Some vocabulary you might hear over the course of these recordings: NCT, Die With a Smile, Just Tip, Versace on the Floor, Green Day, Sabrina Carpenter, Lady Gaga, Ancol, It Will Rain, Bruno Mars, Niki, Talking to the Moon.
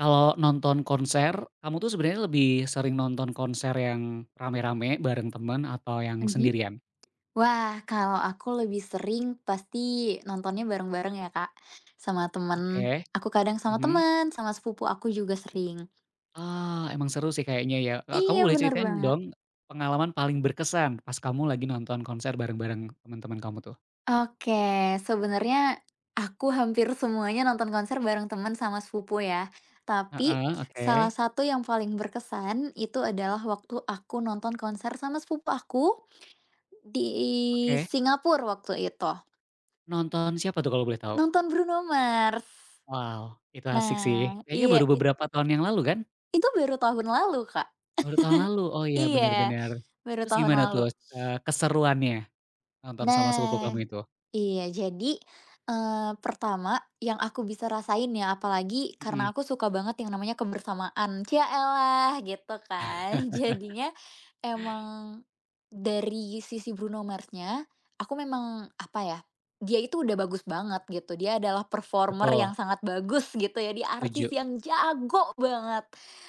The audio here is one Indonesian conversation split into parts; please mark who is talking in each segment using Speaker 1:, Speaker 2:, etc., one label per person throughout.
Speaker 1: Kalau nonton konser, kamu tuh sebenarnya lebih sering nonton konser yang rame-rame bareng temen atau yang
Speaker 2: Mhm.
Speaker 1: sendirian?
Speaker 2: Wah, kalau aku lebih sering pasti nontonnya bareng-bareng ya, Kak, sama temen.
Speaker 1: Oke,
Speaker 2: Aku kadang sama
Speaker 1: mhm.
Speaker 2: temen, sama sepupu aku juga sering.
Speaker 1: Ah, emang seru sih kayaknya ya, kamu
Speaker 2: Iya,
Speaker 1: boleh
Speaker 2: bener
Speaker 1: ceritain
Speaker 2: banget.
Speaker 1: dong pengalaman paling berkesan pas kamu lagi nonton konser bareng-bareng teman-teman kamu tuh?
Speaker 2: Oke, sebenarnya aku hampir semuanya nonton konser bareng teman sama sepupu ya. Tapi
Speaker 1: Heeh,
Speaker 2: salah
Speaker 1: oke
Speaker 2: satu yang paling berkesan itu adalah waktu aku nonton konser sama sepupu aku di
Speaker 1: oke.
Speaker 2: Singapura waktu itu.
Speaker 1: Nonton siapa tuh kalau boleh tahu?
Speaker 2: Nonton Bruno Mars.
Speaker 1: Wow, itu asik sih.
Speaker 2: Nah,
Speaker 1: Kayaknya
Speaker 2: iya.
Speaker 1: baru beberapa tahun yang lalu kan?
Speaker 2: Itu baru tahun lalu, Kak.
Speaker 1: Baru tahun lalu, oh iya
Speaker 2: Iya,
Speaker 1: bener bener.
Speaker 2: baru
Speaker 1: Terus
Speaker 2: tahun
Speaker 1: gimana tuh,
Speaker 2: lalu.
Speaker 1: keseruannya nonton sama sepupu
Speaker 2: Nah,
Speaker 1: kamu itu?
Speaker 2: iya, jadi, pertama yang aku bisa rasain ya, apalagi
Speaker 1: Mhm.
Speaker 2: karena aku suka banget yang namanya kebersamaan. Yaelah gitu kan. Jadinya emang dari sisi Bruno Mars-nya, aku memang apa ya, dia itu udah bagus banget gitu. Dia adalah performer
Speaker 1: Betul,
Speaker 2: yang sangat bagus gitu ya, dia artis
Speaker 1: setuju
Speaker 2: yang jago banget.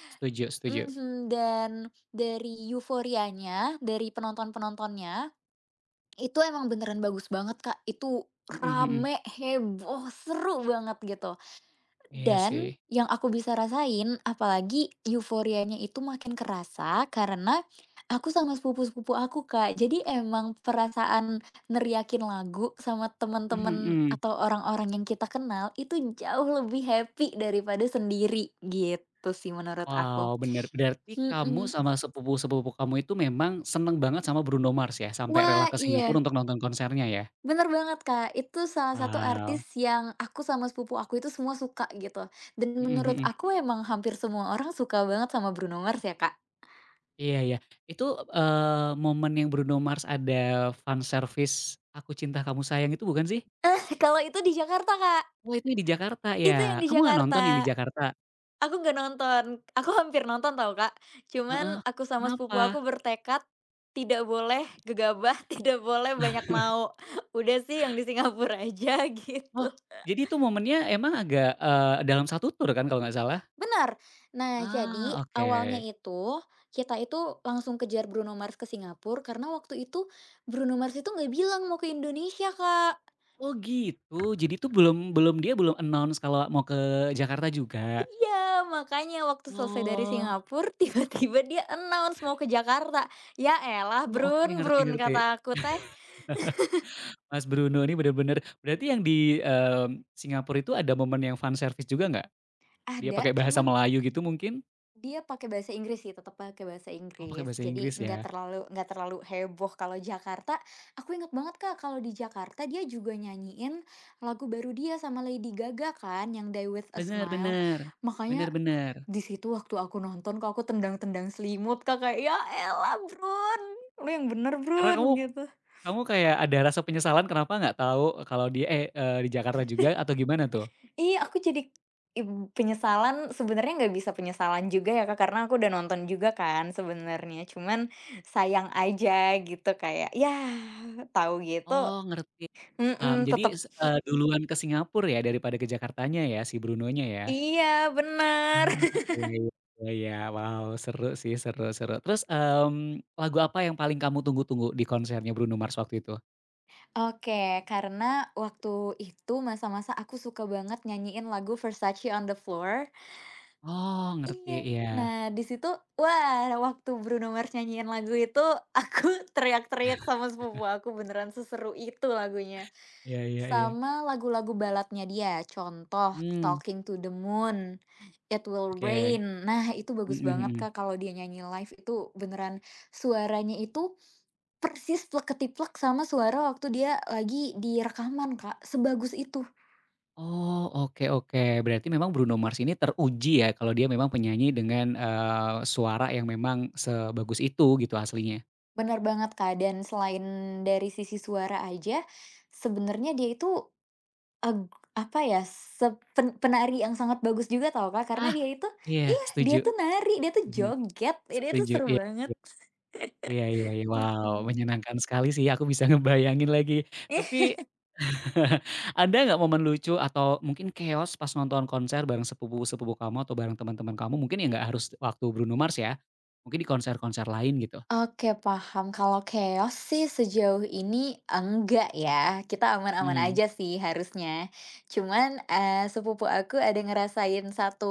Speaker 1: setuju setuju.
Speaker 2: Mhm, dan dari euforianya, dari penonton-penontonnya, itu emang beneran bagus banget, Kak. Itu
Speaker 1: Mhm mhm.
Speaker 2: rame, heboh, seru banget gitu.
Speaker 1: Iya
Speaker 2: Dan
Speaker 1: sih.
Speaker 2: yang aku bisa rasain, apalagi euforianya itu makin kerasa karena aku sama sepupu-sepupu aku, Kak. Jadi emang perasaan neriakin lagu sama teman
Speaker 1: Mhm
Speaker 2: teman
Speaker 1: mhm.
Speaker 2: atau orang-orang yang kita kenal itu jauh lebih happy daripada sendiri, gitu sih menurut aku.
Speaker 1: Wow, bener. Berarti kamu
Speaker 2: Mhm.
Speaker 1: sama sepupu-sepupu kamu itu memang seneng banget sama Bruno Mars ya, sampai rela
Speaker 2: Wah,
Speaker 1: ke
Speaker 2: iya,
Speaker 1: Singapura untuk nonton konsernya ya?
Speaker 2: bener banget, Kak. Itu salah satu artis
Speaker 1: Wow.
Speaker 2: yang aku sama sepupu aku itu semua suka gitu, dan
Speaker 1: Mhm
Speaker 2: menurut
Speaker 1: mhm.
Speaker 2: aku emang hampir semua orang suka banget sama Bruno Mars ya, Kak.
Speaker 1: Iya iya. Itu, momen yang Bruno Mars ada fan service "Aku Cinta Kamu Sayang" itu bukan sih?
Speaker 2: Eh, kalau itu di Jakarta, Kak,
Speaker 1: Oh itu di Jakarta ya?
Speaker 2: itu yang di
Speaker 1: Kamu nggak nonton yang di
Speaker 2: Jakarta.
Speaker 1: Jakarta?
Speaker 2: Aku nggak nonton, aku hampir nonton tau, Kak. Cuman
Speaker 1: Heeh,
Speaker 2: aku sama sepupu aku
Speaker 1: kenapa?
Speaker 2: bertekad tidak boleh gegabah, tidak boleh banyak mau. Udah sih yang di Singapura aja
Speaker 1: Oh,
Speaker 2: gitu.
Speaker 1: jadi itu momennya emang agak, dalam satu tur kan kalau nggak salah?
Speaker 2: Benar. Nah, jadi
Speaker 1: Ah, oke.
Speaker 2: awalnya itu, kita itu langsung kejar Bruno Mars ke Singapura karena waktu itu Bruno Mars itu nggak bilang mau ke Indonesia, Kak.
Speaker 1: Oh gitu, jadi itu belum belum dia belum announce kalau mau ke Jakarta juga?
Speaker 2: Iya, makanya waktu selesai dari
Speaker 1: Oh,
Speaker 2: Singapura, tiba-tiba dia announce mau ke Jakarta. Ya elah,
Speaker 1: oh oke
Speaker 2: Brun,
Speaker 1: ngerti
Speaker 2: Brun,
Speaker 1: ngerti.
Speaker 2: kata aku teh.
Speaker 1: Mas Bruno ini bener-bener berarti yang di, Singapura itu ada momen yang fan service juga nggak? Dia
Speaker 2: Ada,
Speaker 1: pakai bahasa
Speaker 2: cuman.
Speaker 1: Melayu gitu mungkin?
Speaker 2: Dia pakai bahasa Inggris sih, tetap pakai bahasa
Speaker 1: Oh pakai
Speaker 2: Inggris.
Speaker 1: bahasa
Speaker 2: Jadi
Speaker 1: Inggris
Speaker 2: nggak
Speaker 1: ya?
Speaker 2: terlalu nggak terlalu heboh kalau Jakarta. Aku inget banget Kak, kalau di Jakarta dia juga nyanyiin lagu baru dia sama Lady Gaga kan, yang Die With a
Speaker 1: Bener
Speaker 2: Smile.
Speaker 1: bener, bener
Speaker 2: Makanya
Speaker 1: bener.
Speaker 2: di situ waktu aku nonton, kok aku tendang-tendang selimut Kak, kayak, "Ya elah brun lu yang bener
Speaker 1: Karena kamu
Speaker 2: brun gitu."
Speaker 1: kamu kayak ada rasa penyesalan kenapa nggak tahu kalau dia di Jakarta juga atau gimana tuh?
Speaker 2: Iya, aku jadi ib penyesalan sebenarnya nggak bisa penyesalan juga ya, Kak, karena aku udah nonton juga kan sebenarnya, cuman sayang aja gitu kayak, ya tahu gitu.
Speaker 1: Oh ngerti. Mmm,
Speaker 2: Mhm,
Speaker 1: jadi
Speaker 2: tetep.
Speaker 1: duluan ke Singapura ya daripada ke Jakartanya ya si Brunonya ya?
Speaker 2: Iya, benar.
Speaker 1: Ah, iya iya iya iya. Wow, seru sih, seru seru. Terus, lagu apa yang paling kamu tunggu-tunggu di konsernya Bruno Mars waktu itu?
Speaker 2: Oke, karena waktu itu masa-masa aku suka banget nyanyiin lagu Versace on the Floor.
Speaker 1: Oh, ngerti,
Speaker 2: Iya,
Speaker 1: iya.
Speaker 2: nah di situ, wah waktu Bruno Mars nyanyiin lagu itu, aku teriak-teriak sama sepupu aku, beneran seseru itu lagunya.
Speaker 1: Iya iya iya.
Speaker 2: Sama lagu-lagu baladnya dia, contoh
Speaker 1: Mmm,
Speaker 2: "Talking to the Moon", "It Will
Speaker 1: oke.
Speaker 2: Rain". Nah, itu bagus
Speaker 1: Mhm
Speaker 2: banget,
Speaker 1: mhm.
Speaker 2: Kak, kalau dia nyanyi live itu beneran suaranya itu persis plek ketiplek sama suara waktu dia lagi di rekaman, Kak, sebagus itu.
Speaker 1: Oh, oke oke. Berarti memang Bruno Mars ini teruji ya kalau dia memang penyanyi dengan, suara yang memang sebagus itu gitu aslinya.
Speaker 2: Bener banget, Kak, dan selain dari sisi suara aja, sebenarnya dia itu, eg apa ya, penari yang sangat bagus juga tau, Kak, karena
Speaker 1: Ah,
Speaker 2: dia itu,
Speaker 1: iya
Speaker 2: iya,
Speaker 1: setuju.
Speaker 2: dia tuh nari, dia tuh
Speaker 1: Mhm,
Speaker 2: joget, dia tuh
Speaker 1: setuju,
Speaker 2: seru
Speaker 1: iya.
Speaker 2: banget.
Speaker 1: Iya iya iya. Wow,
Speaker 2: Mhm.
Speaker 1: menyenangkan sekali sih, aku bisa ngebayangin lagi.
Speaker 2: Ih.
Speaker 1: Tapi ada nggak momen lucu atau mungkin chaos pas nonton konser bareng sepupu-sepupu kamu atau bareng teman-teman kamu, mungkin ya nggak harus waktu Bruno Mars ya, mungkin di konser-konser lain gitu?
Speaker 2: Oke, paham. Kalau keos sih sejauh ini enggak ya, kita aman-aman
Speaker 1: Mhm.
Speaker 2: aja sih harusnya. Cuman, sepupu aku ada ngerasain satu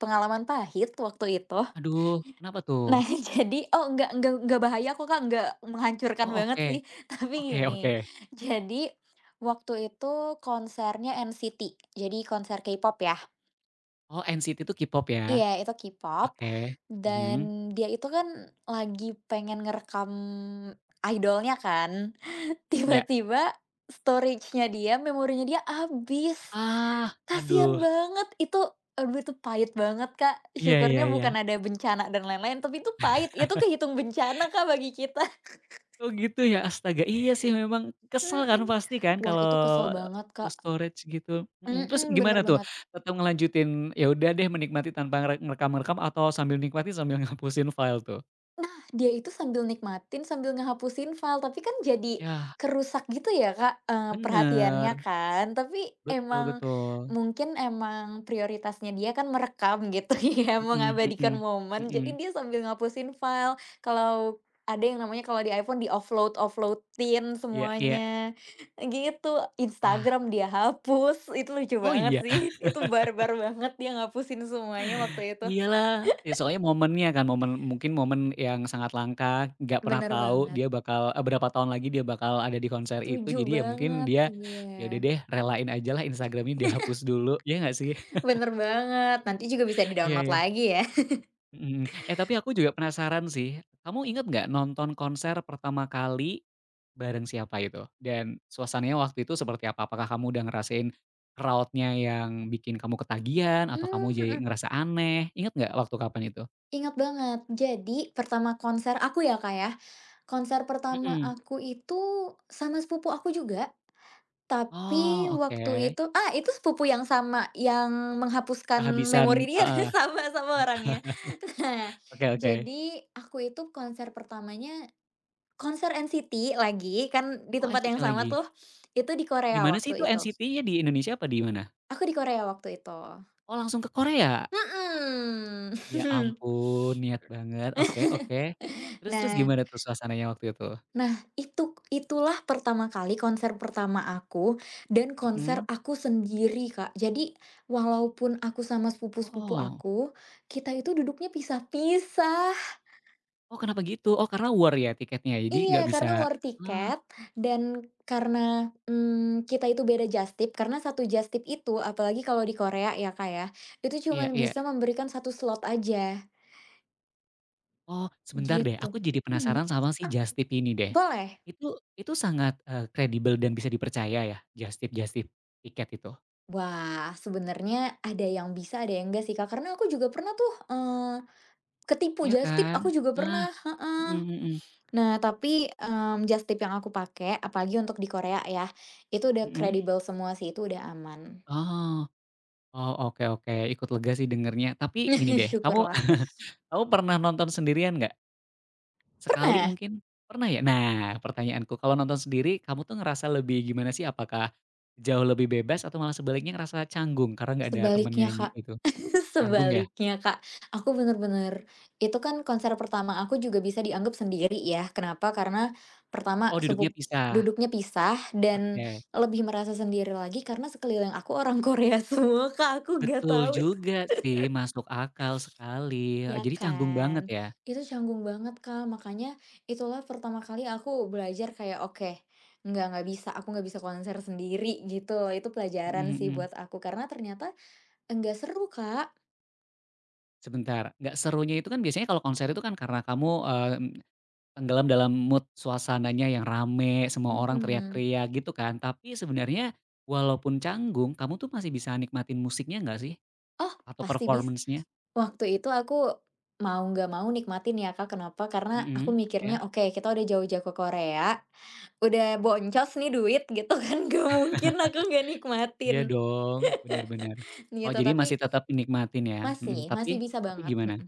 Speaker 2: pengalaman pahit waktu itu.
Speaker 1: Aduh, kenapa
Speaker 2: Nah,
Speaker 1: tuh?
Speaker 2: jadi oh, enggak bahaya kok, Kak, enggak menghancurkan
Speaker 1: Oh,
Speaker 2: banget
Speaker 1: oke.
Speaker 2: sih. Tapi
Speaker 1: Oke
Speaker 2: gini,
Speaker 1: oke.
Speaker 2: jadi waktu itu konsernya NCT, jadi konser K-pop ya.
Speaker 1: Oh, NCT itu K-pop
Speaker 2: Iya,
Speaker 1: ya?
Speaker 2: itu K-pop,
Speaker 1: Oke.
Speaker 2: dan
Speaker 1: Mhm.
Speaker 2: dia itu kan lagi pengen ngerekam idolnya kan,
Speaker 1: Ya.
Speaker 2: tiba-tiba storage-nya dia, memorinya dia habis.
Speaker 1: Ah,
Speaker 2: Kasian
Speaker 1: aduh.
Speaker 2: banget, itu, aduh, itu pahit banget, Kak,
Speaker 1: Iya iya
Speaker 2: syukurnya
Speaker 1: iya.
Speaker 2: bukan ada bencana dan lain-lain, tapi itu pahit, itu kehitung bencana, Kak, bagi kita.
Speaker 1: Oh gitu ya? Astaga, iya sih memang kesel kan
Speaker 2: Mhm.
Speaker 1: pasti kan
Speaker 2: Wah,
Speaker 1: kalau
Speaker 2: itu kesel banget,
Speaker 1: full
Speaker 2: Kak.
Speaker 1: storage gitu, mhm, terus
Speaker 2: Mhm, bener
Speaker 1: gimana tuh?
Speaker 2: banget.
Speaker 1: Tetap ngelanjutin, ya udah deh menikmati tanpa ngerekam-ngerekam atau sambil nikmati sambil ngapusin file tuh?
Speaker 2: Nah, dia itu sambil nikmatin, sambil ngehapusin file, tapi kan jadi
Speaker 1: Ya
Speaker 2: kerusak gitu ya, Kak, perhatiannya
Speaker 1: bener,
Speaker 2: kan. Tapi
Speaker 1: betul
Speaker 2: emang
Speaker 1: betul,
Speaker 2: mungkin emang prioritasnya dia kan merekam gitu ya,
Speaker 1: mhm
Speaker 2: mengabadikan
Speaker 1: mhm,
Speaker 2: momen, jadi
Speaker 1: mhm,
Speaker 2: dia sambil ngapusin file. Kalau ada yang namanya kalau di iPhone di offloadin
Speaker 1: iya iya.
Speaker 2: semuanya, gitu.
Speaker 1: Ah,
Speaker 2: Instagram dia hapus, itu lucu
Speaker 1: oh
Speaker 2: banget
Speaker 1: iya?
Speaker 2: sih, itu barbar banget dia ngapusin semuanya waktu itu.
Speaker 1: Iyalah, ya soalnya momennya kan, momen mungkin momen yang sangat langka, nggak pernah
Speaker 2: Bener
Speaker 1: tahu
Speaker 2: banget.
Speaker 1: dia bakal berapa tahun lagi dia bakal ada di konser itu,
Speaker 2: Setuju
Speaker 1: jadi ya mungkin
Speaker 2: banget,
Speaker 1: dia,
Speaker 2: iya.
Speaker 1: ya udah deh relain ajalah Instagram-nya dihapus dulu, ya nggak sih?
Speaker 2: Bener banget, nanti juga bisa
Speaker 1: Iya
Speaker 2: di-download
Speaker 1: ya.
Speaker 2: lagi ya.
Speaker 1: Mhm. Eh, tapi aku juga penasaran sih, kamu ingat nggak nonton konser pertama kali bareng siapa itu? Dan suasananya waktu itu seperti apa? Apakah kamu udah ngerasain crowdnya yang bikin kamu ketagihan atau kamu jadi
Speaker 2: Mhm,
Speaker 1: ngerasa aneh, ingat nggak waktu kapan itu?
Speaker 2: ingat banget. Jadi pertama konser aku ya, Kak, ya, konser pertama
Speaker 1: Mhm.
Speaker 2: aku itu sama sepupu aku juga, tapi
Speaker 1: Oh,
Speaker 2: waktu
Speaker 1: oke.
Speaker 2: itu, ah, itu sepupu yang sama yang menghapuskan
Speaker 1: Kehabisan
Speaker 2: memori dia,
Speaker 1: heeh,
Speaker 2: sama-sama orangnya. Nah,
Speaker 1: oke oke.
Speaker 2: jadi aku itu konser pertamanya konser NCT lagi, kan di
Speaker 1: Oh,
Speaker 2: tempat
Speaker 1: NCT
Speaker 2: yang sama
Speaker 1: lagi.
Speaker 2: tuh, itu di
Speaker 1: Di
Speaker 2: Korea
Speaker 1: mana sih itu
Speaker 2: waktu itu.
Speaker 1: NCT-nya, di Indonesia apa di mana?
Speaker 2: Aku di Korea waktu itu.
Speaker 1: Oh, langsung ke Korea? Ya
Speaker 2: Mhm.
Speaker 1: ampun, niat banget. Oke oke. Terus terus
Speaker 2: Nah
Speaker 1: gimana tuh suasananya waktu itu?
Speaker 2: nah itulah pertama kali konser pertama aku dan konser
Speaker 1: Mhm.
Speaker 2: aku sendiri, Kak. Jadi walaupun aku sama
Speaker 1: Oh
Speaker 2: sepupu-sepupu
Speaker 1: oh,
Speaker 2: aku, kita itu duduknya pisah-pisah.
Speaker 1: oh, kenapa gitu? Oh, karena war ya tiketnya, ya? Jadi
Speaker 2: Iya,
Speaker 1: nggak
Speaker 2: karena
Speaker 1: bisa
Speaker 2: war
Speaker 1: ah,
Speaker 2: tiket dan karena, kita itu beda jastip, karena satu jastip itu apalagi kalau di Korea ya, Kak, ya, itu
Speaker 1: iya
Speaker 2: cuman
Speaker 1: iya.
Speaker 2: bisa memberikan satu slot aja.
Speaker 1: Oh, sebentar deh,
Speaker 2: Gitu,
Speaker 1: aku jadi
Speaker 2: mhm.
Speaker 1: penasaran sama si
Speaker 2: Ah,
Speaker 1: Just Tip ini deh.
Speaker 2: boleh?
Speaker 1: Itu sangat, kredibel dan bisa dipercaya ya, Just Tip Just Tip tiket itu?
Speaker 2: Wah, sebenarnya ada yang bisa, ada yang enggak sih, Kak, karena aku juga pernah tuh, ketipu
Speaker 1: Iya
Speaker 2: just tip
Speaker 1: kan?
Speaker 2: aku juga
Speaker 1: Nah
Speaker 2: pernah,
Speaker 1: mhm
Speaker 2: heeh.
Speaker 1: mhm,
Speaker 2: Nah, tapi, just tip yang aku pakai, apalagi untuk di Korea ya, itu udah
Speaker 1: mhm.
Speaker 2: kredibel semua sih, itu udah aman.
Speaker 1: Oh. Oh, oke oke, ikut lega sih dengernya. Tapi gini deh, kamu
Speaker 2: Syukurlah.
Speaker 1: kamu pernah nonton sendirian nggak? Sekali
Speaker 2: Pernah,
Speaker 1: mungkin? Pernah ya? Nah, pertanyaanku kalau nonton sendiri kamu tuh ngerasa lebih gimana sih? Apakah jauh lebih bebas atau malah sebaliknya ngerasa canggung karena nggak ada temen
Speaker 2: sebaliknya,
Speaker 1: nyanyi
Speaker 2: Kak.
Speaker 1: itu? Canggung ya?
Speaker 2: Sebaliknya, Kak, aku bener-bener itu kan konser pertama aku juga bisa dianggap sendiri ya, kenapa? Karena pertama
Speaker 1: Oh, duduknya pisah.
Speaker 2: duduknya pisah dan
Speaker 1: Oke.
Speaker 2: lebih merasa sendiri lagi karena sekeliling aku orang Korea semua, Kak, aku gak
Speaker 1: Betul
Speaker 2: tahu itu.
Speaker 1: juga sih, masuk akal sekali,
Speaker 2: Ya
Speaker 1: jadi canggung
Speaker 2: kan?
Speaker 1: banget ya?
Speaker 2: Itu canggung banget, Kak, makanya itulah pertama kali aku belajar kayak, "Oke, nggak bisa, aku nggak bisa konser sendiri," gitu. Itu pelajaran
Speaker 1: Mhm
Speaker 2: sih
Speaker 1: mhm.
Speaker 2: buat aku karena ternyata enggak seru, Kak.
Speaker 1: Sebentar, nggak serunya itu kan biasanya kalau konser itu kan karena kamu, mmm tenggelam dalam mood suasananya yang rame, semua orang
Speaker 2: Mhm.
Speaker 1: teriak-teriak gitu kan. Tapi sebenarnya walaupun canggung, kamu tuh masih bisa nikmatin musiknya nggak sih?
Speaker 2: Oh,
Speaker 1: Atau
Speaker 2: pasti bisa.
Speaker 1: performance-nya?
Speaker 2: Waktu itu aku mau nggak mau nikmatin ya, Kak, kenapa? Karena aku
Speaker 1: Mhm, ya.
Speaker 2: mikirnya, "Oke, kita udah jauh-jauh ke Korea, udah boncos nih duit," gitu kan, gak mungkin aku nggak
Speaker 1: Iya
Speaker 2: nikmatin,
Speaker 1: dong, bener bener. Oh
Speaker 2: gitu.
Speaker 1: jadi
Speaker 2: Tapi
Speaker 1: masih tetap nikmatin ya? Mhm,
Speaker 2: masih masih bisa
Speaker 1: tapi
Speaker 2: banget,
Speaker 1: gimana?
Speaker 2: mhm,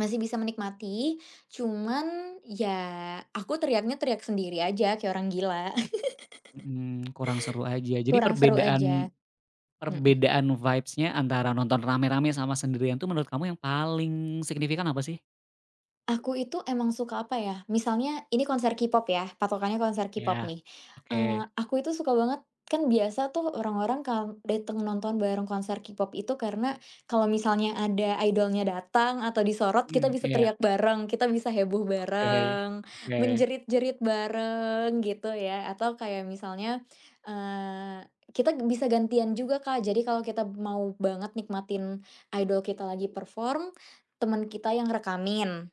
Speaker 2: masih bisa menikmati, cuman ya aku teriaknya teriak sendiri aja kayak orang gila,
Speaker 1: Mhm, kurang seru aja. Jadi
Speaker 2: kurang seru aja,
Speaker 1: perbedaan
Speaker 2: mhm.
Speaker 1: perbedaan vibes-nya antara nonton rame-rame sama sendirian tuh menurut kamu yang paling signifikan apa sih?
Speaker 2: Aku itu emang suka apa ya, misalnya ini konser K-pop ya, patokannya konser K-pop
Speaker 1: Iya,
Speaker 2: nih.
Speaker 1: oke.
Speaker 2: Aku itu suka banget kan biasa tuh orang-orang kalau dateng nonton bareng konser K-pop itu karena kalau misalnya ada idolnya datang atau disorot, kita
Speaker 1: Mhm,
Speaker 2: bisa
Speaker 1: iya,
Speaker 2: teriak bareng, kita bisa heboh
Speaker 1: oke,
Speaker 2: bareng,
Speaker 1: oke.
Speaker 2: menjerit-jerit bareng gitu ya, atau kayak misalnya, kita bisa gantian juga, Kak. Jadi kalau kita mau banget nikmatin idol kita lagi perform, teman kita yang rekamin.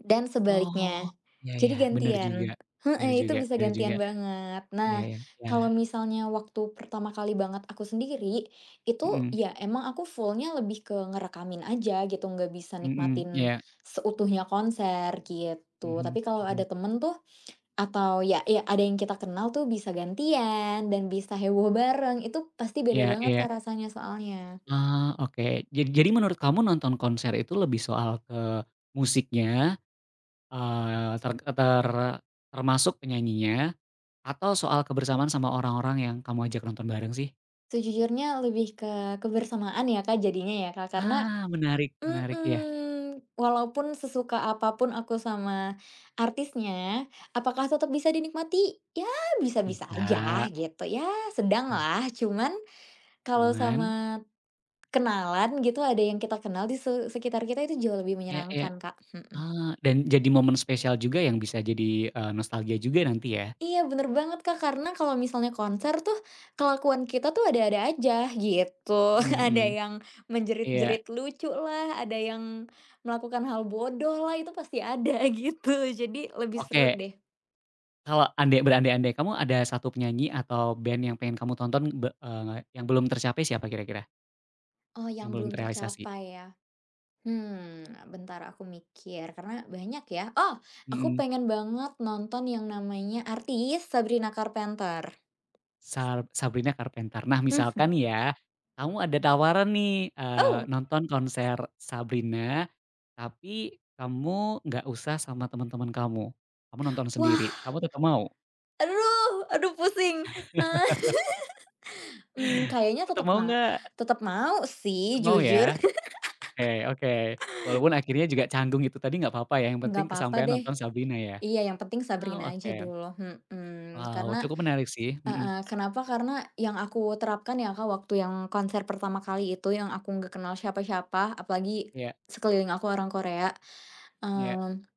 Speaker 2: Dan
Speaker 1: Oh,
Speaker 2: sebaliknya.
Speaker 1: iya ya,
Speaker 2: Jadi
Speaker 1: bener
Speaker 2: gantian.
Speaker 1: juga bener
Speaker 2: Heeh, itu
Speaker 1: juga
Speaker 2: bisa
Speaker 1: bener juga.
Speaker 2: gantian banget.
Speaker 1: Iya
Speaker 2: Nah,
Speaker 1: ya, ya,
Speaker 2: kalau misalnya waktu pertama kali banget aku sendiri, itu
Speaker 1: mhm
Speaker 2: ya emang aku fullnya lebih ke ngerekamin aja gitu, nggak bisa
Speaker 1: mhm,
Speaker 2: nikmatin
Speaker 1: iya,
Speaker 2: seutuhnya konser gitu.
Speaker 1: mhm
Speaker 2: Tapi kalau ada
Speaker 1: mhm,
Speaker 2: temen tuh atau ya ada yang kita kenal tuh bisa gantian dan bisa heboh bareng, itu pasti beda
Speaker 1: iya
Speaker 2: banget
Speaker 1: iya.
Speaker 2: Kak rasanya soalnya.
Speaker 1: Ah, oke. Jadi menurut kamu nonton konser itu lebih soal ke musiknya, eee, ter ter termasuk penyanyinya, atau soal kebersamaan sama orang-orang yang kamu ajak nonton bareng sih?
Speaker 2: Sejujurnya lebih ke kebersamaan ya Kak jadinya ya Kak, karena,
Speaker 1: Ah, menarik menarik, ya.
Speaker 2: mhm, walaupun sesuka apapun aku sama artisnya, apakah tetap bisa dinikmati? Ya bisa-bisa aja
Speaker 1: Bisa,
Speaker 2: gitu, ya sedanglah. Cuman kalau
Speaker 1: cuman
Speaker 2: sama kenalan gitu, ada yang kita kenal di sekitar kita itu jauh lebih
Speaker 1: iya iya,
Speaker 2: menyenangkan, Kak, mhm.
Speaker 1: ah, dan jadi momen spesial juga yang bisa jadi, nostalgia juga nanti ya?
Speaker 2: Iya bener banget Kak, karena kalau misalnya konser tuh, kelakuan kita tuh ada-ada aja gitu.
Speaker 1: Mhm
Speaker 2: Ada
Speaker 1: mhm.
Speaker 2: yang
Speaker 1: Iya,
Speaker 2: menjerit-jerit lucu lah, ada yang melakukan hal bodoh lah, itu pasti ada gitu. Jadi lebih seru
Speaker 1: oke.
Speaker 2: deh.
Speaker 1: Kalau andai berandai-andai, kamu ada satu penyanyi atau band yang pengen kamu tonton yang belum tercapai siapa kira-kira?
Speaker 2: Oh
Speaker 1: Yang
Speaker 2: yang
Speaker 1: belum
Speaker 2: belum
Speaker 1: terrealisasi?
Speaker 2: tercapai ya? Hmm, bentar aku mikir karena banyak ya. Oh, aku
Speaker 1: Mhm.
Speaker 2: pengen banget nonton yang namanya Artis Sabrina Carpenter.
Speaker 1: Sabrina Carpenter. Nah, misalkan nih
Speaker 2: Mhm.
Speaker 1: ya, kamu ada tawaran nih,
Speaker 2: Oh,
Speaker 1: nonton konser Sabrina, tapi kamu nggak usah sama teman-teman kamu. Kamu nonton sendiri.
Speaker 2: wah,
Speaker 1: Kamu tetap mau?
Speaker 2: aduh aduh pusing. Kayaknya
Speaker 1: Tetap
Speaker 2: tetep
Speaker 1: mau
Speaker 2: ma
Speaker 1: nggak?
Speaker 2: tetep mau
Speaker 1: Tetap
Speaker 2: sih
Speaker 1: mau
Speaker 2: jujur.
Speaker 1: ya? Oke oke. Walaupun akhirnya juga canggung itu tadi nggak apa-apa ya, yang
Speaker 2: Nggak
Speaker 1: penting
Speaker 2: apa-apa
Speaker 1: kesampaian
Speaker 2: deh.
Speaker 1: nonton Sabrina ya?
Speaker 2: Iya, yang penting Sabrina
Speaker 1: Oh,
Speaker 2: aja
Speaker 1: oke.
Speaker 2: dulu, mhm.
Speaker 1: Wow,
Speaker 2: Karena,
Speaker 1: cukup menarik sih, mhm,
Speaker 2: heeh, kenapa? Karena yang aku terapkan ya Kak, waktu yang konser pertama kali itu yang aku nggak kenal siapa-siapa, apalagi
Speaker 1: iya
Speaker 2: sekeliling aku orang Korea.
Speaker 1: iya,
Speaker 2: mmm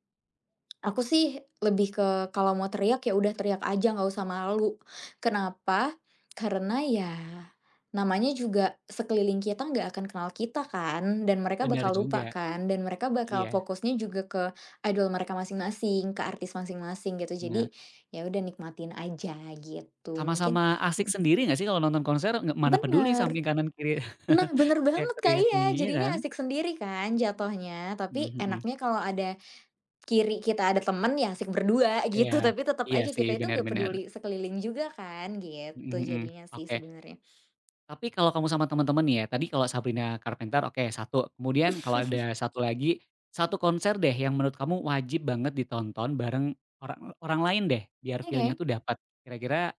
Speaker 2: Aku sih lebih ke kalau mau teriak ya udah teriak aja nggak usah malu. Kenapa? Karena ya namanya juga sekeliling kita nggak akan kenal kita kan dan mereka
Speaker 1: benar
Speaker 2: bakal lupa
Speaker 1: juga,
Speaker 2: kan dan mereka bakal
Speaker 1: iya,
Speaker 2: fokusnya juga ke idol mereka masing-masing, ke artis masing-masing gitu.
Speaker 1: bener.
Speaker 2: Jadi ya udah nikmatin aja gitu. Mungkin.
Speaker 1: Sama-sama asik
Speaker 2: Mhm.
Speaker 1: sendiri nggak sih kalau nonton konser, nggak mana peduli
Speaker 2: Bener.
Speaker 1: samping kanan kiri
Speaker 2: Nah, bener banget Kak,
Speaker 1: teriak-teriaknya,
Speaker 2: iya
Speaker 1: iya kan?
Speaker 2: jadinya asik sendiri kan jatohnya, tapi
Speaker 1: Mhm mhm,
Speaker 2: enaknya kalau ada kiri kita ada temen ya asik berdua
Speaker 1: iya,
Speaker 2: gitu, tapi tetap
Speaker 1: iya
Speaker 2: aja
Speaker 1: sih,
Speaker 2: kita itu nggak
Speaker 1: benar-benar.
Speaker 2: peduli sekeliling juga kan, gitu
Speaker 1: Mhm mhm,
Speaker 2: jadinya sih
Speaker 1: oke.
Speaker 2: sebenarnya.
Speaker 1: Tapi kalau kamu sama teman-teman nih ya, tadi kalau Sabrina Carpenter oke, satu. Kemudian kalau ada satu lagi, satu konser deh yang menurut kamu wajib banget ditonton bareng orang orang lain deh, biar feel-nya
Speaker 2: Oke,
Speaker 1: tuh dapat. Kira-kira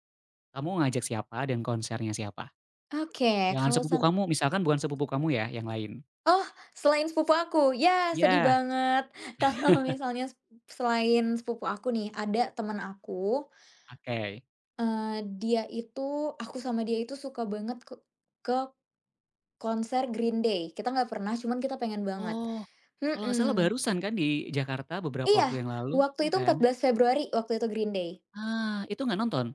Speaker 1: kamu ngajak siapa dan konsernya siapa?
Speaker 2: oke,
Speaker 1: Jangan
Speaker 2: kalau
Speaker 1: sepupu
Speaker 2: sam
Speaker 1: kamu, misalkan bukan sepupu kamu ya, yang lain?
Speaker 2: oh selain sepupu aku, ya sedih
Speaker 1: Iya,
Speaker 2: banget kalau misalnya selain sepupu aku nih, ada teman aku,
Speaker 1: oke.
Speaker 2: dia itu aku sama dia itu suka banget ke konser Green Day, kita nggak pernah cuman kita pengen banget.
Speaker 1: Oh, kalau nggak salah
Speaker 2: Mhm,
Speaker 1: barusan kan di Jakarta beberapa
Speaker 2: iya,
Speaker 1: waktu yang lalu,
Speaker 2: waktu
Speaker 1: iya
Speaker 2: itu
Speaker 1: kan?
Speaker 2: 14 Februari waktu itu Green Day.
Speaker 1: Ah, itu nggak nonton?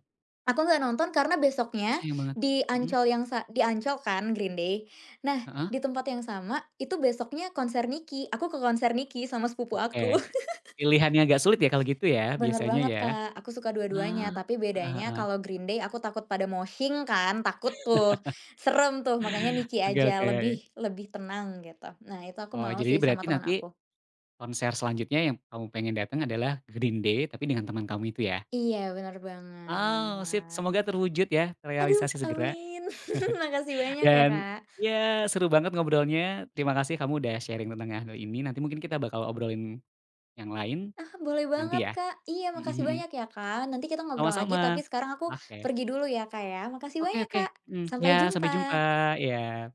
Speaker 2: Aku nggak nonton karena besoknya
Speaker 1: Sayang banget.
Speaker 2: di
Speaker 1: Mhm,
Speaker 2: Ancol yang sa di Ancol kan Green Day. Nah,
Speaker 1: heeh,
Speaker 2: di tempat yang sama itu besoknya konser Niki, aku ke konser Niki sama sepupu
Speaker 1: oke.
Speaker 2: aku.
Speaker 1: Pilihannya agak sulit ya kalau gitu ya,
Speaker 2: Bener
Speaker 1: biasanya
Speaker 2: banget,
Speaker 1: ya?
Speaker 2: Kak, aku suka dua-duanya,
Speaker 1: Ah,
Speaker 2: tapi
Speaker 1: heeh
Speaker 2: bedanya
Speaker 1: heeh,
Speaker 2: kalau Green Day aku takut pada moshing kan, takut tuh, serem tuh, makanya Niki
Speaker 1: oke
Speaker 2: aja
Speaker 1: oke.
Speaker 2: lebih lebih tenang gitu. Nah, itu aku
Speaker 1: Oh,
Speaker 2: mau
Speaker 1: jadi
Speaker 2: sih sama
Speaker 1: berarti
Speaker 2: teman
Speaker 1: nanti
Speaker 2: aku.
Speaker 1: konser selanjutnya yang kamu pengen datang adalah Green Day, tapi dengan teman kamu itu ya?
Speaker 2: Iya, bener
Speaker 1: Oh, sip,
Speaker 2: banget.
Speaker 1: semoga terwujud ya,
Speaker 2: Aduh,
Speaker 1: terrealisasi segera.
Speaker 2: amin. Makasih banyak ya,
Speaker 1: Dan,
Speaker 2: Kak.
Speaker 1: ya seru banget ngobrolnya. Terima kasih kamu udah sharing tentang hal ini. Nanti mungkin kita bakal obrolin yang lain
Speaker 2: Ah, boleh banget,
Speaker 1: nanti ya.
Speaker 2: Kak. Iya,
Speaker 1: Mhm
Speaker 2: makasih
Speaker 1: mhm.
Speaker 2: banyak ya, Kak. Nanti kita ngobrol lagi, tapi
Speaker 1: Sama-sama.
Speaker 2: sekarang aku
Speaker 1: Oke.
Speaker 2: pergi dulu ya, Kak, ya. Makasih
Speaker 1: Oke
Speaker 2: banyak,
Speaker 1: oke.
Speaker 2: Kak.
Speaker 1: Mhm.
Speaker 2: Sampai
Speaker 1: Ya sampai
Speaker 2: jumpa.
Speaker 1: jumpa. Ya.